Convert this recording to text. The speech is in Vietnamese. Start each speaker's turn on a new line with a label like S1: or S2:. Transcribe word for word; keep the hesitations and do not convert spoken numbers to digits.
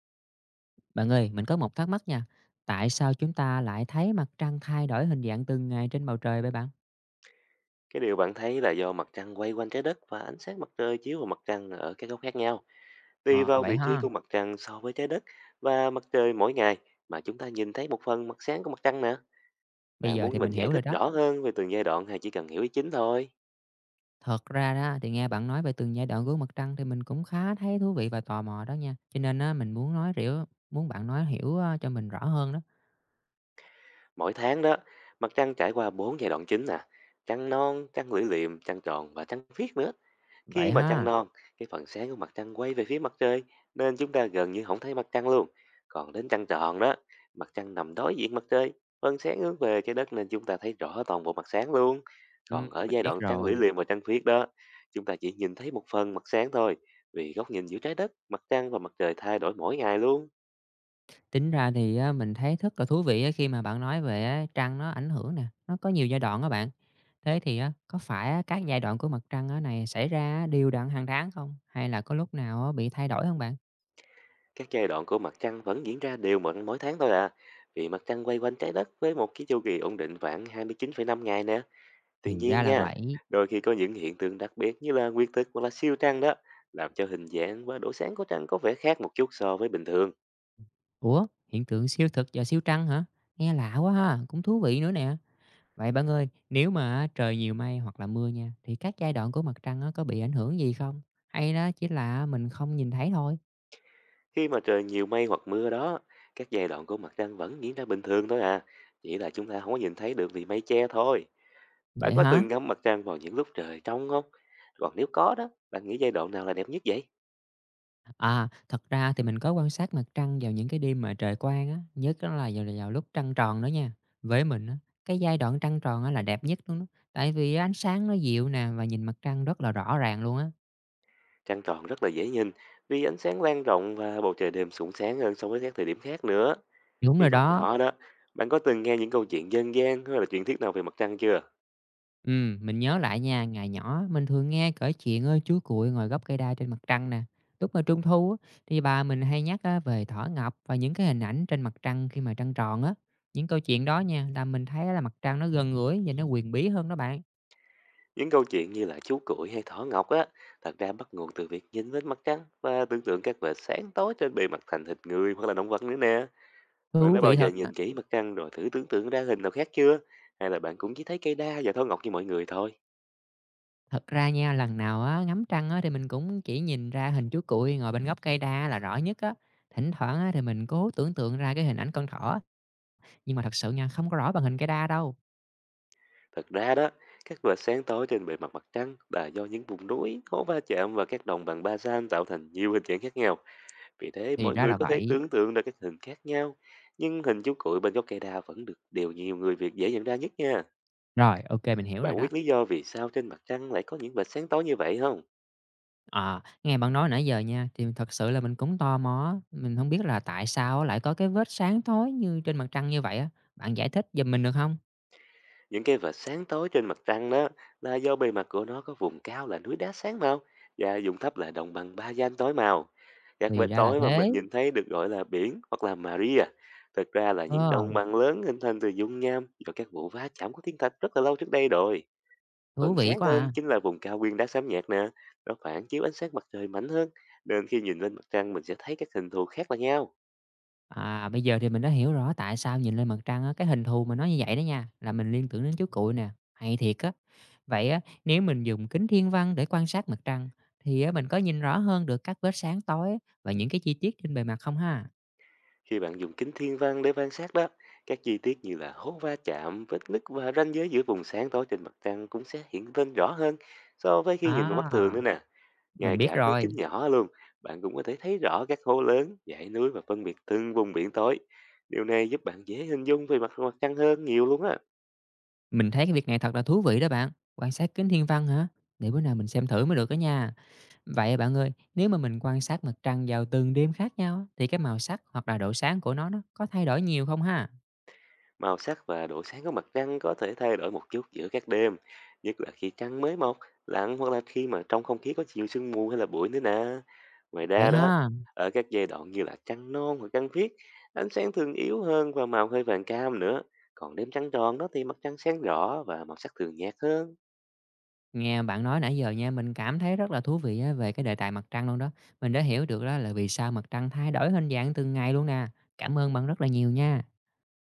S1: Bạn ơi, mình có một thắc mắc nha. Tại sao chúng ta lại thấy mặt trăng thay đổi hình dạng từng ngày trên bầu trời vậy bạn?
S2: Cái điều bạn thấy là do mặt trăng quay quanh trái đất và ánh sáng mặt trời chiếu vào mặt trăng ở các góc khác nhau. Tùy
S1: Ờ,
S2: vào
S1: Vậy
S2: vị trí
S1: ha.
S2: của mặt trăng so với trái đất và mặt trời mỗi ngày mà chúng ta nhìn thấy một phần mặt sáng của mặt trăng nè.
S1: Bây
S2: Bạn
S1: giờ
S2: muốn
S1: thì
S2: mình
S1: mình
S2: giải
S1: hiểu rồi
S2: thích
S1: đó.
S2: rõ hơn về từng giai đoạn hay chỉ cần hiểu ý chính thôi?
S1: Thật ra đó, thì nghe bạn nói về từng giai đoạn của mặt trăng thì mình cũng khá thấy thú vị và tò mò đó nha. Cho nên á, mình muốn nói hiểu, muốn bạn nói hiểu ờ, cho mình rõ hơn đó.
S2: Mỗi tháng đó, mặt trăng trải qua bốn giai đoạn chính nè. Trăng non, trăng lưỡi liềm, trăng tròn và trăng phiết nữa.
S1: Vậy
S2: Khi mà trăng
S1: ha.
S2: non, cái phần sáng của mặt trăng quay về phía mặt trời nên chúng ta gần như không thấy mặt trăng luôn. Còn đến trăng tròn đó, mặt trăng nằm đối diện mặt trời, phần sáng hướng về trái đất nên chúng ta thấy rõ toàn bộ mặt sáng luôn.
S1: Ừ,
S2: Còn ở
S1: mình
S2: giai
S1: biết
S2: đoạn trăng lưỡi
S1: rồi.
S2: liềm và trăng khuyết đó, chúng ta chỉ nhìn thấy một phần mặt sáng thôi, vì góc nhìn giữa trái đất, mặt trăng và mặt trời thay đổi mỗi ngày luôn.
S1: Tính ra thì á, mình thấy rất là thú vị á, khi mà bạn nói về á, trăng nó ảnh hưởng nè, nó có nhiều giai đoạn á bạn. Thế thì á, có phải á, các giai đoạn của mặt trăng á này xảy ra đều đặn hàng tháng không? Hay là có lúc nào á, bị thay đổi không bạn?
S2: Các giai đoạn của mặt trăng vẫn diễn ra đều mỗi mỗi tháng thôi à, vì mặt trăng quay quanh trái đất với một cái chu kỳ ổn định khoảng hai mươi chín phẩy năm ngày nè.
S1: Thì
S2: Tuy nhiên
S1: ra là
S2: nha,
S1: vậy.
S2: đôi khi có những hiện tượng đặc biệt như là nguyên tử hoặc là siêu trăng đó, làm cho hình dạng và độ sáng của trăng có vẻ khác một chút so với bình thường.
S1: Ủa, hiện tượng siêu thực và siêu trăng hả? Nghe lạ quá ha, cũng thú vị nữa nè. Vậy bạn ơi, nếu mà á, trời nhiều mây hoặc là mưa nha, thì các giai đoạn của mặt trăng á, có bị ảnh hưởng gì không? Hay đó chỉ là mình không nhìn thấy thôi?
S2: Khi mà trời nhiều mây hoặc mưa đó, các giai đoạn của mặt trăng vẫn diễn ra bình thường thôi à, chỉ là chúng ta không có nhìn thấy được vì mây che thôi. Bạn
S1: Vậy
S2: có
S1: hả?
S2: từng ngắm mặt trăng vào những lúc trời trong không? Còn nếu có đó, bạn nghĩ giai đoạn nào là đẹp nhất vậy?
S1: À, thật ra thì mình có quan sát mặt trăng vào những cái đêm mà trời quang á, nhất đó là vào vào lúc trăng tròn đó nha. Với mình á, cái giai đoạn trăng tròn á là đẹp nhất luôn đó. Tại vì ánh sáng nó dịu nè và nhìn mặt trăng rất là rõ ràng luôn á.
S2: Trăng tròn rất là dễ nhìn vì ánh sáng lan rộng và bầu trời đêm sủng sáng hơn so với các thời điểm khác nữa.
S1: Đúng
S2: Khi
S1: rồi
S2: còn
S1: đó.
S2: nhỏ đó, bạn có từng nghe những câu chuyện dân gian hay là truyền thuyết nào về mặt trăng chưa?
S1: Ừ, mình nhớ lại nha, ngày nhỏ mình thường nghe kể chuyện ơi chú cuội ngồi gấp cây đa trên mặt trăng nè. Lúc mà trung thu á, thì bà mình hay nhắc á, về thỏ ngọc và những cái hình ảnh trên mặt trăng khi mà trăng tròn á. Những câu chuyện đó nha, là mình thấy là mặt trăng nó gần gũi và nó quyền bí hơn đó bạn.
S2: Những câu chuyện như là chú cuội hay thỏ ngọc á, thật ra bắt nguồn từ việc nhìn lên mặt trăng và tưởng tượng các vệt sáng tối trên bề mặt thành thịt người hoặc là động vật nữa nè. Bạn
S1: Thú
S2: đã bao
S1: vị
S2: giờ
S1: thật.
S2: nhìn kỹ mặt trăng rồi thử tưởng tượng ra hình nào khác chưa? Hay là bạn cũng chỉ thấy cây đa và thỏ ngọc như mọi người thôi?
S1: Thật ra nha, lần nào á, ngắm trăng á, thì mình cũng chỉ nhìn ra hình chú cuội ngồi bên gốc cây đa là rõ nhất á. Thỉnh thoảng á, thì mình cố tưởng tượng ra cái hình ảnh con thỏ á, nhưng mà thật sự nha, không có rõ bằng hình cây đa đâu.
S2: Thật ra đó, các vệt sáng tối trên bề mặt mặt trăng là do những vùng núi, hố va chạm và các đồng bằng ba san tạo thành nhiều hình dạng khác nhau. Vì thế
S1: Thì
S2: mỗi
S1: ra
S2: người
S1: là
S2: có thể
S1: vậy.
S2: tưởng tượng ra các hình khác nhau, nhưng hình chú cuội bên gốc cây đa vẫn được điều nhiều người Việt dễ nhận ra nhất nha.
S1: Rồi, ô kê, mình hiểu
S2: Bạn
S1: rồi
S2: có
S1: đó.
S2: biết lý do vì sao trên mặt trăng lại có những vệt sáng tối như vậy không?
S1: Ờ, Nghe bạn nói nãy giờ nha, thì thật sự là mình cũng tò mò, mình không biết là tại sao á lại có cái vết sáng tối như trên mặt trăng như vậy á. Bạn giải thích giùm mình được không?
S2: Những cái vệt sáng tối trên mặt trăng đó là do bề mặt của nó có vùng cao là núi đá sáng màu và vùng thấp là đồng bằng ba gian tối màu. Các
S1: Thì
S2: vệt
S1: ra là
S2: tối mà
S1: thế.
S2: mình nhìn thấy được gọi là biển hoặc là Maria. Thực ra là
S1: Ờ,
S2: những đồng bằng lớn hình thành từ dung nham do các vụ va chạm của thiên thạch rất là lâu trước đây rồi.
S1: Thú
S2: Phần
S1: vị
S2: sáng
S1: quá
S2: hơn
S1: à.
S2: chính là vùng cao nguyên đá xám nhạt nè, nó phản chiếu ánh sáng mặt trời mạnh hơn, nên khi nhìn lên mặt trăng mình sẽ thấy các hình thù khác là nhau.
S1: À, bây giờ thì mình đã hiểu rõ tại sao nhìn lên mặt trăng á, cái hình thù mà nó như vậy đó nha, là mình liên tưởng đến chú cuội nè, hay thiệt á. Vậy á, nếu mình dùng kính thiên văn để quan sát mặt trăng, thì á, mình có nhìn rõ hơn được các vết sáng tối và những cái chi tiết trên bề mặt không ha?
S2: Khi bạn dùng kính thiên văn để quan sát đó, các chi tiết như là hố va chạm, vết nứt và ranh giới giữa vùng sáng tối trên mặt trăng cũng sẽ hiện lên rõ hơn so với khi nhìn bằng mắt thường
S1: À,
S2: nữa nè.
S1: mình
S2: Ngay
S1: biết
S2: cả với
S1: rồi.
S2: kính nhỏ luôn, bạn cũng có thể thấy rõ các hố lớn, dãy núi và phân biệt từng vùng biển tối. Điều này giúp bạn dễ hình dung về mặt mặt trăng hơn nhiều luôn á.
S1: Mình thấy cái việc này thật là thú vị đó bạn. Quan sát kính thiên văn hả? Để bữa nào mình xem thử mới được đó nha. Vậy bạn ơi, nếu mà mình quan sát mặt trăng vào từng đêm khác nhau, á, thì cái màu sắc hoặc là độ sáng của nó nó có thay đổi nhiều không ha?
S2: Màu sắc và độ sáng của mặt trăng có thể thay đổi một chút giữa các đêm, nhất là khi trăng mới mọc, lặn hoặc là khi mà trong không khí có nhiều sương mù hay là bụi nữa nè. Ngoài
S1: Vậy
S2: ra đó,
S1: ha?
S2: ở các giai đoạn như là trăng non hoặc trăng khuyết, ánh sáng thường yếu hơn và màu hơi vàng cam nữa. Còn đêm trăng tròn đó thì mặt trăng sáng rõ và màu sắc thường nhạt hơn.
S1: Nghe bạn nói nãy giờ nha, mình cảm thấy rất là thú vị á, về cái đề tài mặt trăng luôn đó. Mình đã hiểu được đó là vì sao mặt trăng thay đổi hình dạng từng ngày luôn nè. Cảm ơn bạn rất là nhiều nha.